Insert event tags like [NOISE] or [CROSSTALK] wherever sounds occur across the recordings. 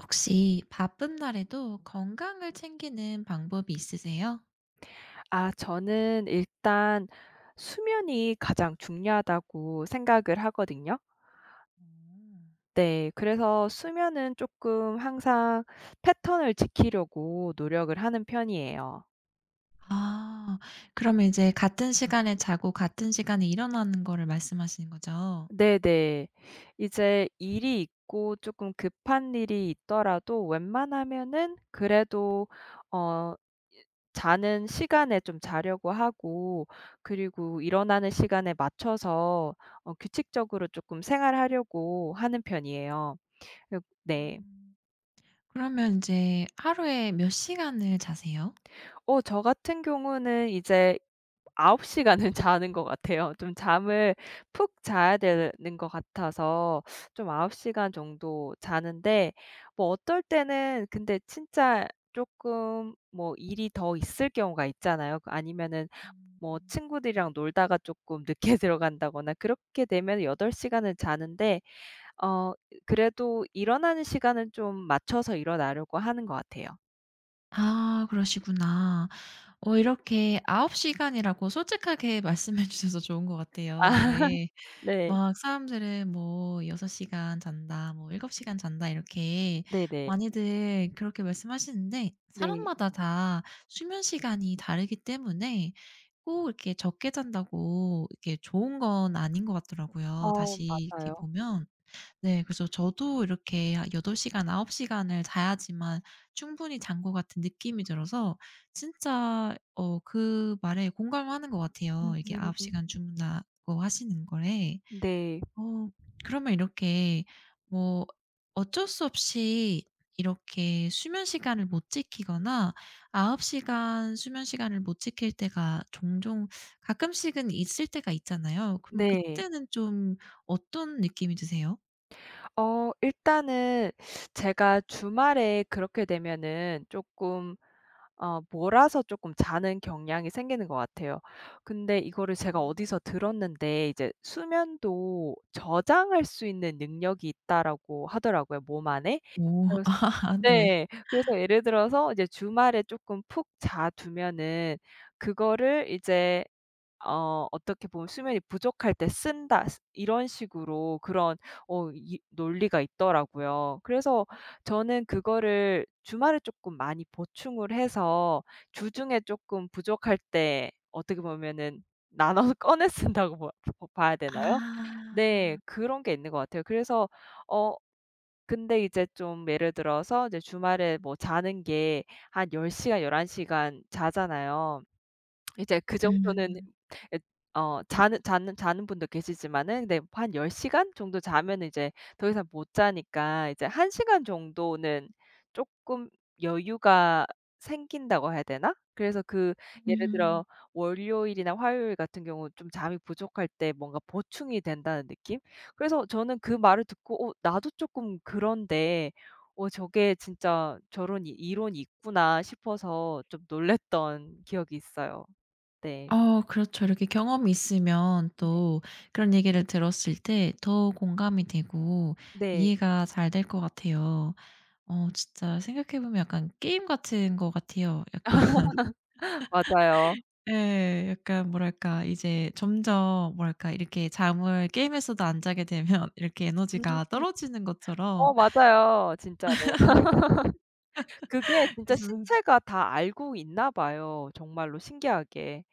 혹시 바쁜 날에도 건강을 챙기는 방법이 있으세요? 아 저는 일단 수면이 가장 중요하다고 생각을 하거든요. 음. 네. 그래서 수면은 조금 항상 패턴을 지키려고 노력을 하는 편이에요. 아. 그러면 이제 같은 시간에 자고 같은 시간에 일어나는 거를 말씀하시는 거죠? 네네. 이제 일이 있고 조금 급한 일이 있더라도 웬만하면은 그래도 어 이 자는 시간에 좀 자려고 하고, 그리고 일어나는 시간에 맞춰서 규칙적으로 쪼끔 생활하려고 하는 편이에요. 네. 음. 그러면 이제 하루에 몇 시간을 자세요? 저 같은 경우는 이제 9 시간은 자는 것 같아요. 좀 잠을 푹 자야 되는 것 같아서 좀 9 시간 정도 자는데, 뭐 어떨 때는 근데 진짜 쪼끔 뭐 일이 더 있을 경우가 있잖아요. 아니면은 뭐 친구들이랑 놀다가 쪼끔 늦게 [LAUGHS] 들어간다거나 그렇게 되면 8 시간을 자는데, 어 그래도 일어나는 시간은 좀 맞춰서 일어나려고 하는 것 같아요. 아 그러시구나. 이렇게 9 시간이라고 솔직하게 [LAUGHS] 말씀해 주셔서 좋은 것 [LAUGHS] 같아요. 아 왜 네. 막 사람들은 뭐 "6 시간 잔다." 뭐 "7 시간 잔다." 이렇게 네네. 많이들 그렇게 말씀하시는데 네. 사람마다 다 수면 시간이 다르기 때문에 꼭 이렇게 적게 잔다고 이렇게 좋은 건 아닌 것 같더라고요, 어 다시 이렇게 맞아요. 보면. 네. 그래서 저도 이렇게 여8 시간, 9 시간을 자야지만 충분히 잔 것 같은 느낌이 들어서 진짜 그 말에 공감하는 것 같아요. 음. 이게 9 시간 주무다고 하시는 거에. 네. 어 그러면 이렇게 뭐 어쩔 수 없이 이렇게 수면 시간을 못 지키거나 아홉 시간 수면 시간을 못 지킬 때가 종종 가끔씩은 있을 때가 있잖아요. 그러면 네. 그때는 좀 어떤 느낌이 드세요? 일단은 제가 주말에 그렇게 되면은 쪼끔 몰아서 쪼끔 자는 경향이 생기는 것 같아요. 근데 이거를 제가 어디서 들었는데 이제 "수면도 저장할 수 있는 능력이 있다."라고 하더라고요, 몸 안에. 오. [LAUGHS] 그래서 아 네. 네. 그래서 예를 들어서 이제 주말에 쪼끔 푹 자두면은, 그거를 이제 어떻게 보면 수면이 부족할 때 쓴다, 쓰 이런 식으로 그런 이 논리가 있더라고요. 그래서 저는 그거를 주말에 조금 많이 보충을 해서 주중에 조금 부족할 때 어떻게 보면은 나눠서 [LAUGHS] 꺼내 쓴다고 봐 보 봐야 되나요? 아. 네. 그런 게 있는 것 같아요. 그래서 어 근데 이제 좀, 예를 들어서 이제 주말에 뭐 자는 게 한 10 시간, 11 시간 자잖아요. 이제 그 정도는 음. 예, 자는 분도 계시지만은, 네, 한 10 시간 정도 자면은 이제 더 이상 못 자니까 이제 1 시간 정도는 쪼끔 여유가 생긴다고 해야 되나? 그래서 예를 음. 들어 월요일이나 화요일 같은 경우 좀 잠이 부족할 때 뭔가 보충이 된다는 느낌? 그래서 저는 그 말을 듣고 '어 나도 쪼끔 그런데, 어 저게 진짜 저런 이 이론이 있구나.' 싶어서 좀 놀랐던 기억이 있어요. 네. 그렇죠. 이렇게 경험이 있으면 네. 또 그런 얘기를 들었을 때 더 공감이 되고 네. 이해가 잘 될 것 같아요. 진짜 생각해 보면 약간 게임 같은 것 같아요. 약간 [LAUGHS] 맞아요. 예. 약간 뭐랄까 이제 점점 뭐랄까 이렇게 잠을 게임에서도 안 자게 되면 [LAUGHS] 이렇게 음. 에너지가 떨어지는 것처럼 어 맞아요. 진짜로. 그게 진짜 그래서 신체가 다 알고 있나 봐요, 정말로 신기하게.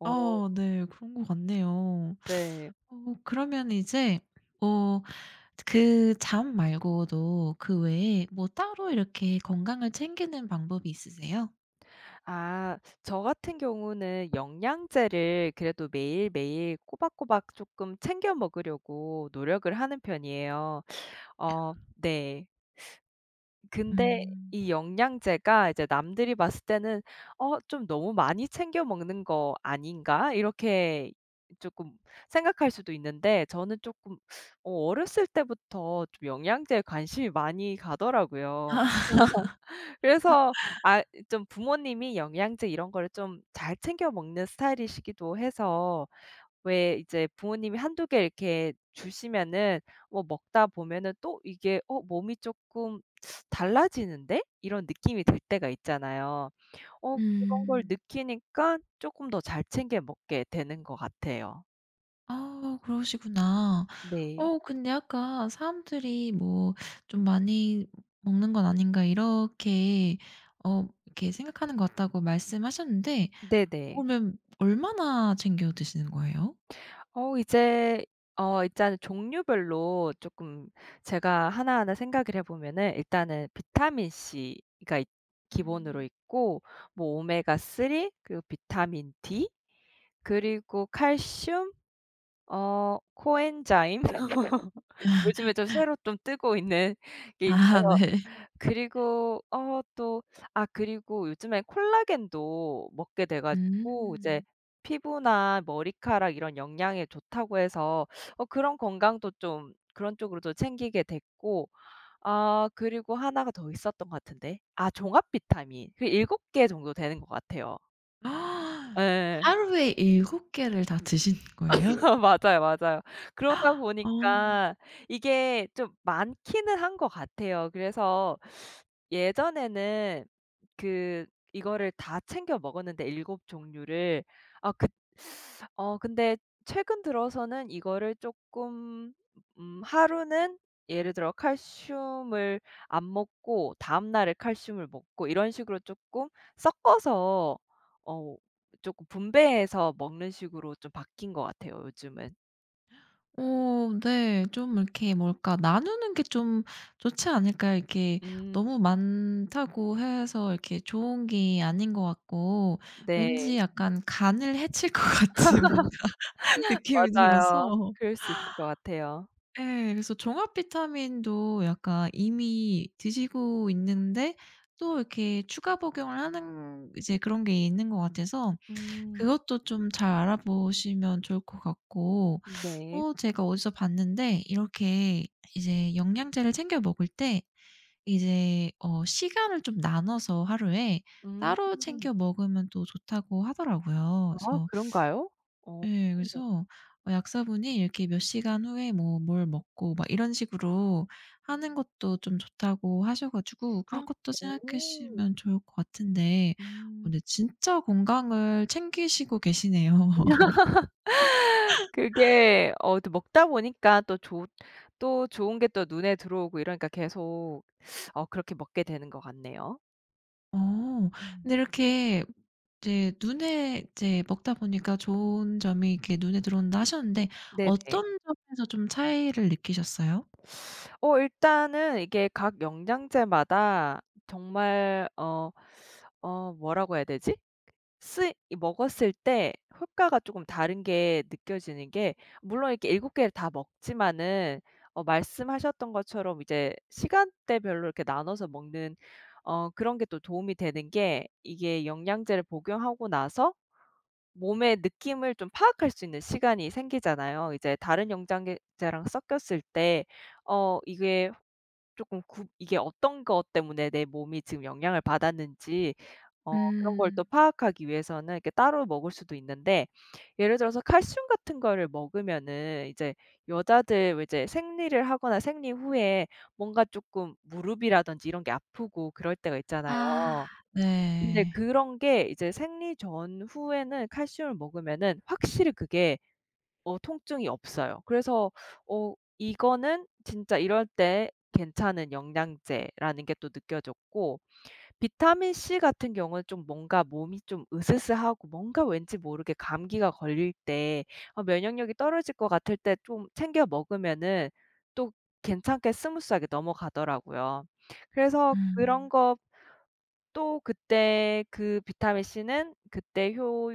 어 네. 그런 것 같네요. 네. 그러면 이제 어 그 잠 말고도 그 외에 뭐 따로 이렇게 건강을 챙기는 방법이 있으세요? 아 저 같은 경우는 영양제를 그래도 매일매일 꼬박꼬박 쪼끔 챙겨 먹으려고 노력을 하는 편이에요. 어 네. 근데 음. 이 영양제가 이제 남들이 봤을 때는 '어 좀 너무 많이 챙겨 먹는 거 아닌가?' 이렇게 쪼끔 생각할 수도 있는데, 저는 쪼끔 어렸을 때부터 좀 영양제에 관심이 많이 가더라고요. 그래서 아, 좀 부모님이 영양제 이런 거를 좀 잘 챙겨 먹는 스타일이시기도 해서, 왜 이제 부모님이 한두 개 이렇게 주시면은 뭐 먹다 보면은 또 이게 '어 몸이 조금 달라지는데?' 이런 느낌이 들 때가 있잖아요. 그런 걸 음. 느끼니까 조금 더 잘 챙겨 먹게 되는 것 같아요. 아 그러시구나. 네. 근데 아까 사람들이 뭐 '좀 많이 먹는 건 아닌가.' 이렇게 이렇게 생각하는 것 같다고 말씀하셨는데 네네. 그러면 얼마나 챙겨 드시는 거예요? 어 이제 일단은 종류별로 조금 제가 하나하나 생각을 해 보면은, 일단은 비타민 C가 있 음. 기본으로 있고, 뭐 오메가 3, 그리고 비타민 D, 그리고 칼슘, 코엔자임 [LAUGHS] 요즘에 좀 새로 좀 뜨고 있는 [LAUGHS] 게 아 있어요. 네. 그리고 어 또 아 그리고 요즘에 콜라겐도 먹게 돼 가지고 이제 음. 피부나 머리카락 이런 영양에 좋다고 해서 그런 건강도 좀 그런 쪽으로도 챙기게 됐고, 아 그리고 하나가 더 있었던 것 같은데. 아 종합 비타민. 7 개 정도 되는 것 같아요. [GASPS] 아, 예. 하루에 일곱 개를 다 드시는 거예요? [LAUGHS] 맞아요, 맞아요. 그러다 [GASPS] 어. 보니까 이게 좀 많기는 한 것 같아요. 그래서 예전에는 그 이거를 다 챙겨 먹었는데 일곱 종류를, 아, 근데 최근 들어서는 이거를 조금, 하루는 예를 들어 칼슘을 안 먹고 다음 날에 칼슘을 먹고 이런 식으로 조금 섞어서, 어 쪼끔 분배해서 먹는 식으로 좀 바뀐 것 같아요 요즘은. 어 네. 좀 이렇게 뭘까 나누는 게 좀 좋지 않을까요? 이렇게 음. 너무 많다고 해서 이렇게 좋은 게 아닌 것 같고 왠지 네. 약간 간을 해칠 것 같은 [LAUGHS] 뭔가 느낌이 맞아요. 들어서 그럴 수 있을 것 같아요. 예 그래서 종합 비타민도 약간 이미 드시고 있는데 또 이렇게 추가 복용을 하는 이제 그런 게 있는 것 같아서 음. 그것도 좀 잘 알아보시면 좋을 것 같고 네. 제가 어디서 봤는데 이렇게 이제 영양제를 챙겨 먹을 때 이제 시간을 좀 나눠서 하루에 음. 따로 챙겨 먹으면 또 좋다고 하더라고요. 아 그래서 그런가요? 어. 예 그래서 약사분이 이렇게 몇 시간 후에 뭐 뭘 먹고 막 이런 식으로 하는 것도 좀 좋다고 하셔 가지고 그런 것도 오. 생각하시면 좋을 것 같은데 음. 근데 진짜 건강을 챙기시고 계시네요. [LAUGHS] 그게 또 먹다 보니까 또 좋 또 좋은 게 또 눈에 들어오고 이러니까 계속 그렇게 먹게 되는 것 같네요. 어. 음. 근데 이렇게 이제 눈에 이제 먹다 보니까 좋은 점이 이렇게 눈에 들어온다 하셨는데 네네. 어떤 점에서 좀 차이를 느끼셨어요? 일단은 이게 각 영양제마다 정말 뭐라고 해야 되지? 쓰이 먹었을 때 효과가 쪼금 다른 게 느껴지는 게, 물론 이렇게 7 개를 다 먹지만은 말씀하셨던 것처럼 이제 시간대별로 이렇게 나눠서 먹는 그런 게 또 도움이 되는 게, 이게 영양제를 복용하고 나서 몸의 느낌을 좀 파악할 수 있는 시간이 생기잖아요. 이제 다른 영양제랑 섞였을 때 이게 쪼끔, 구 이게 어떤 것 때문에 내 몸이 지금 영향을 받았는지 그런 걸 음. 또 파악하기 위해서는 이렇게 따로 먹을 수도 있는데, 예를 들어서 칼슘 같은 거를 먹으면은 이제, 여자들 왜 이제 생리를 하거나 생리 후에 뭔가 쪼끔 무릎이라든지 이런 게 아프고 그럴 때가 아. 있잖아요. 근데 네. 그런 게 이제 생리 전후에는 칼슘을 먹으면은 확실히 그게 통증이 없어요. 그래서 이거는 진짜 이럴 때 괜찮은 영양제라는 게 또 느껴졌고, 비타민 C 같은 경우는 좀 뭔가 몸이 좀 으스스하고 뭔가 왠지 모르게 감기가 걸릴 때, 면역력이 떨어질 것 같을 때 좀 챙겨 먹으면은 또 괜찮게 스무스하게 넘어가더라고요. 그래서 그런 음. 것또 그때, 그 비타민 C는 그때 효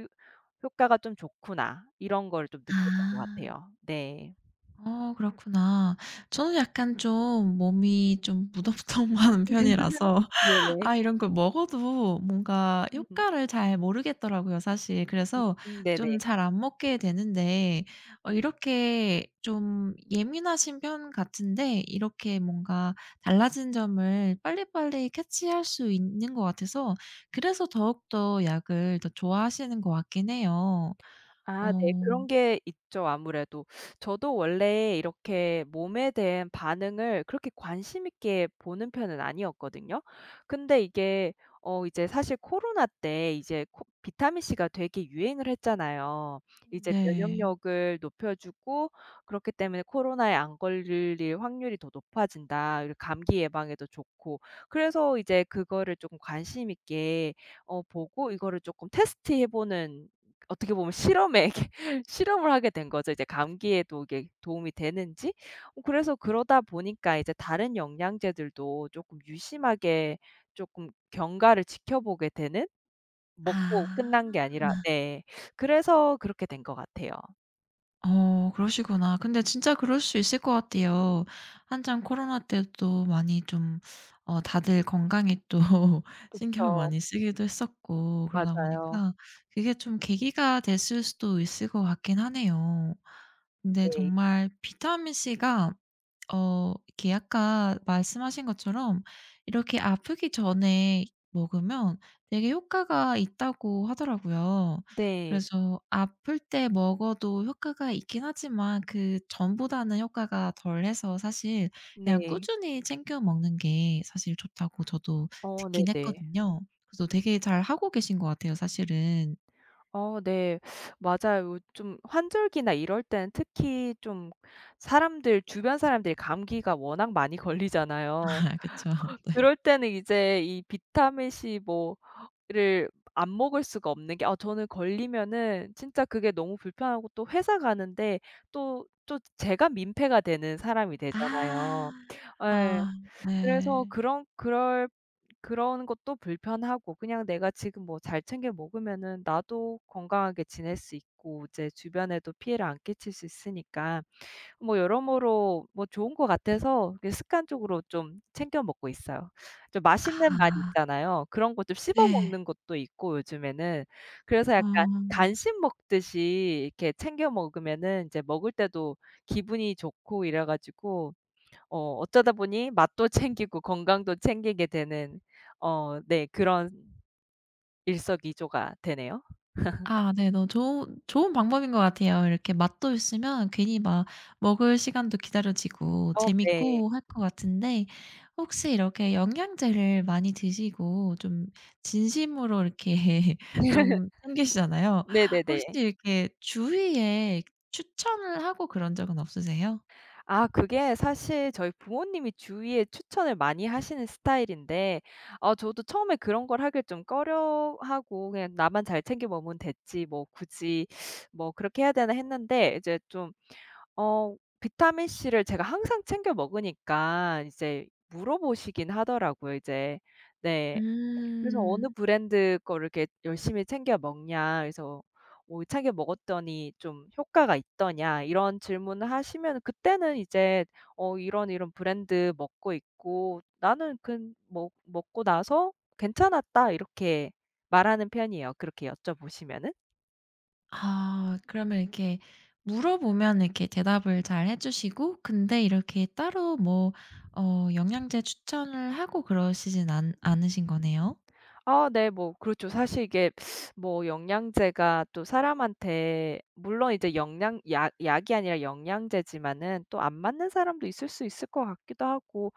효과가 좀 좋구나 이런 걸 좀 느꼈던 것 아. 같아요. 네. 그렇구나. 저는 약간 좀 몸이 좀 무덤덤한 [LAUGHS] 편이라서 [LAUGHS] 네네. 아 이런 걸 먹어도 뭔가 음. 효과를 잘 모르겠더라고요 사실. 그래서 네네. 좀 잘 안 먹게 되는데 이렇게 좀 예민하신 편 같은데 이렇게 뭔가 달라진 점을 빨리빨리 캐치할 수 있는 것 같아서 그래서 더욱더 약을 더 좋아하시는 것 같긴 해요. 어 아 네. 그런 음. 게 있죠 아무래도. 저도 원래 이렇게 몸에 대한 반응을 그렇게 관심 있게 보는 편은 아니었거든요. 근데 이게 이제 사실 코로나 때 이제 코 비타민 C가 되게 유행을 했잖아요. 이제 네. 면역력을 높여주고, 그렇기 때문에 '코로나에 안 걸릴 확률이 더 높아진다. 그리고 감기 예방에도 좋고.' 그래서 이제 그거를 조금 관심 있게 보고, 이거를 조금 테스트해 보는, 어떻게 보면 실험에 이렇게 [LAUGHS] 실험을 하게 된 거죠. 이제 감기에도 이게 도움이 되는지. 그래서 그러다 보니까 이제 다른 영양제들도 조금 유심하게 조금 경과를 지켜보게 되는? 먹고 끝난 게 아. 아니라 네. 그래서 그렇게 된 것 같아요. 그러시구나. 근데 진짜 그럴 수 있을 것 같아요. 한창 코로나 때도 많이 좀 다들 건강에 또 [LAUGHS] 신경을 그쵸. 많이 쓰기도 했었고 그러다 맞아요. 보니까 그게 좀 계기가 됐을 수도 있을 것 같긴 하네요. 근데 네. 정말 비타민 C가 이렇게 아까 말씀하신 것처럼 이렇게 아프기 전에 먹으면 되게 효과가 있다고 하더라고요. 네. 그래서 아플 때 먹어도 효과가 있긴 하지만 그 전보다는 효과가 덜해서 사실 그냥 네. 꾸준히 챙겨 먹는 게 사실 좋다고 저도 어 듣긴 네네. 했거든요. 그래서 되게 잘 하고 계신 것 같아요 사실은. 어 네. 맞아요. 좀 환절기나 이럴 때는 특히 좀 사람들 주변 사람들이 감기가 워낙 많이 [LAUGHS] 걸리잖아요. 그쵸. 네. 그럴 때는 이제 이 비타민 C, 뭐를 안 먹을 수가 없는 게, 아 저는 걸리면은 진짜 그게 너무 불편하고 또 회사 가는데 또 또 제가 민폐가 되는 사람이 되잖아요. 아. 예. 아 그래서 네. 그런 것도 불편하고, 그냥 내가 지금 뭐 잘 챙겨 먹으면은 나도 건강하게 지낼 수 있고 이제 주변에도 피해를 안 끼칠 수 있으니까 뭐 여러모로 뭐 좋은 것 같아서 그게 습관적으로 좀 챙겨 먹고 있어요. 좀 맛있는 맛 아 있잖아요. 그런 거 좀 씹어 네. 먹는 것도 있고 요즘에는. 그래서 아. 약간 간식 먹듯이 이렇게 챙겨 먹으면은 이제 먹을 때도 기분이 좋고 이래 가지고, 어쩌다 보니 맛도 챙기고 건강도 챙기게 되는, 네, 그런 일석이조가 되네요. 아 네. 너 좋은 방법인 것 같아요. 이렇게 맛도 있으면 괜히 막 먹을 시간도 기다려지고 어 네. 재밌고 할 것 같은데 혹시 이렇게 영양제를 많이 드시고 좀 진심으로 이렇게 [LAUGHS] [LAUGHS] 좀 챙기시잖아요. 혹시 네네네. 이렇게 주위에 추천을 하고 그런 적은 없으세요? 아 그게 사실 저희 부모님이 주위에 추천을 많이 하시는 스타일인데, 아 저도 처음에 그런 걸 하길 좀 꺼려하고 '그냥 나만 잘 챙겨 먹으면 됐지 뭐 굳이 뭐 그렇게 해야 되나.' 했는데, 이제 좀 어 비타민 C를 제가 항상 챙겨 먹으니까 이제 물어보시긴 하더라고요 이제. 네. 그래서 "어느 음. 브랜드 거를 이렇게 열심히 챙겨 먹냐?", 그래서 뭐 "챙겨 먹었더니 좀 효과가 있더냐?" 이런 질문을 하시면 그때는 이제 "어 이런 이런 브랜드 먹고 있고 나는 그 먹 먹고 나서 괜찮았다." 이렇게 말하는 편이에요, 그렇게 여쭤보시면은. 아 그러면 이렇게 물어보면 이렇게 대답을 잘 해 주시고 근데 이렇게 따로 뭐 영양제 추천을 하고 그러시진 않 않으신 거네요? 아 네 뭐 그렇죠. 사실 이게 [SUCKS TEETH] 뭐 영양제가 또 사람한테, 물론 이제 영양 약, 약이 아니라 영양제지만은 또 안 맞는 사람도 있을 수 있을 것 같기도 하고,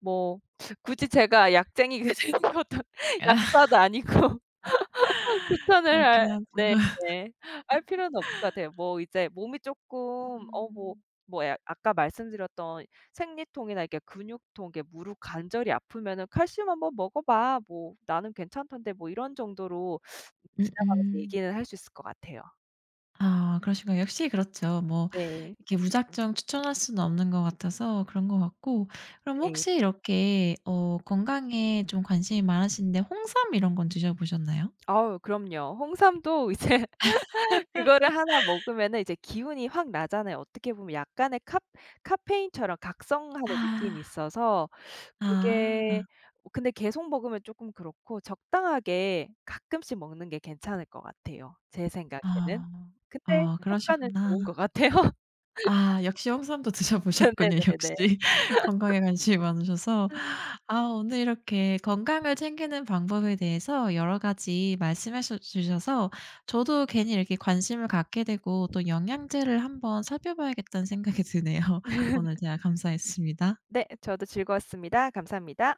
뭐 굳이 제가 약쟁이가 되는 것도 [LAUGHS] 약사도 [LAUGHS] 아니고 [LAUGHS] 추천을 할 그렇긴 하죠. 네. 네. 할 필요는 없을 것 같아요. 뭐 이제 몸이 조금 음. 뭐 아까 말씀드렸던 생리통이나 이렇게 근육통, 이게 무릎 관절이 아프면은 "칼슘 한번 먹어 봐. 뭐 나는 괜찮던데." 뭐 이런 정도로 [SNIFFS] 지나가면서 음음. 얘기는 할 수 있을 것 같아요. 아 그러시구요 역시 그렇죠. 뭐 네. 이렇게 무작정 추천할 수는 없는 것 같아서 그런 것 같고 그럼 네. 혹시 이렇게 건강에 좀 관심이 많으신데 홍삼 이런 건 드셔 보셨나요? 아우 그럼요. 홍삼도 [LAUGHS] 이제 그거를 하나 먹으면은 이제 기운이 확 나잖아요. 어떻게 보면 약간의 카 카페인처럼 각성하는 아. 느낌이 있어서. 그게 아. 근데 계속 먹으면 쪼끔 그렇고 적당하게 가끔씩 먹는 게 괜찮을 것 같아요, 제 생각에는. 아. 근데 아 네. 효과는 좋은 것 그러시구나. 같아요. 아 역시 홍삼도 드셔 [LAUGHS] 보셨군요, 네네네네. 역시. [LAUGHS] 건강에 관심이 많으셔서. 아 오늘 이렇게 건강을 챙기는 방법에 대해서 여러 가지 말씀해 주셔서 저도 괜히 이렇게 관심을 갖게 되고 또 영양제를 한번 살펴봐야겠다는 생각이 드네요. [LAUGHS] 오늘 대화 감사했습니다. 네. 저도 즐거웠습니다. 감사합니다.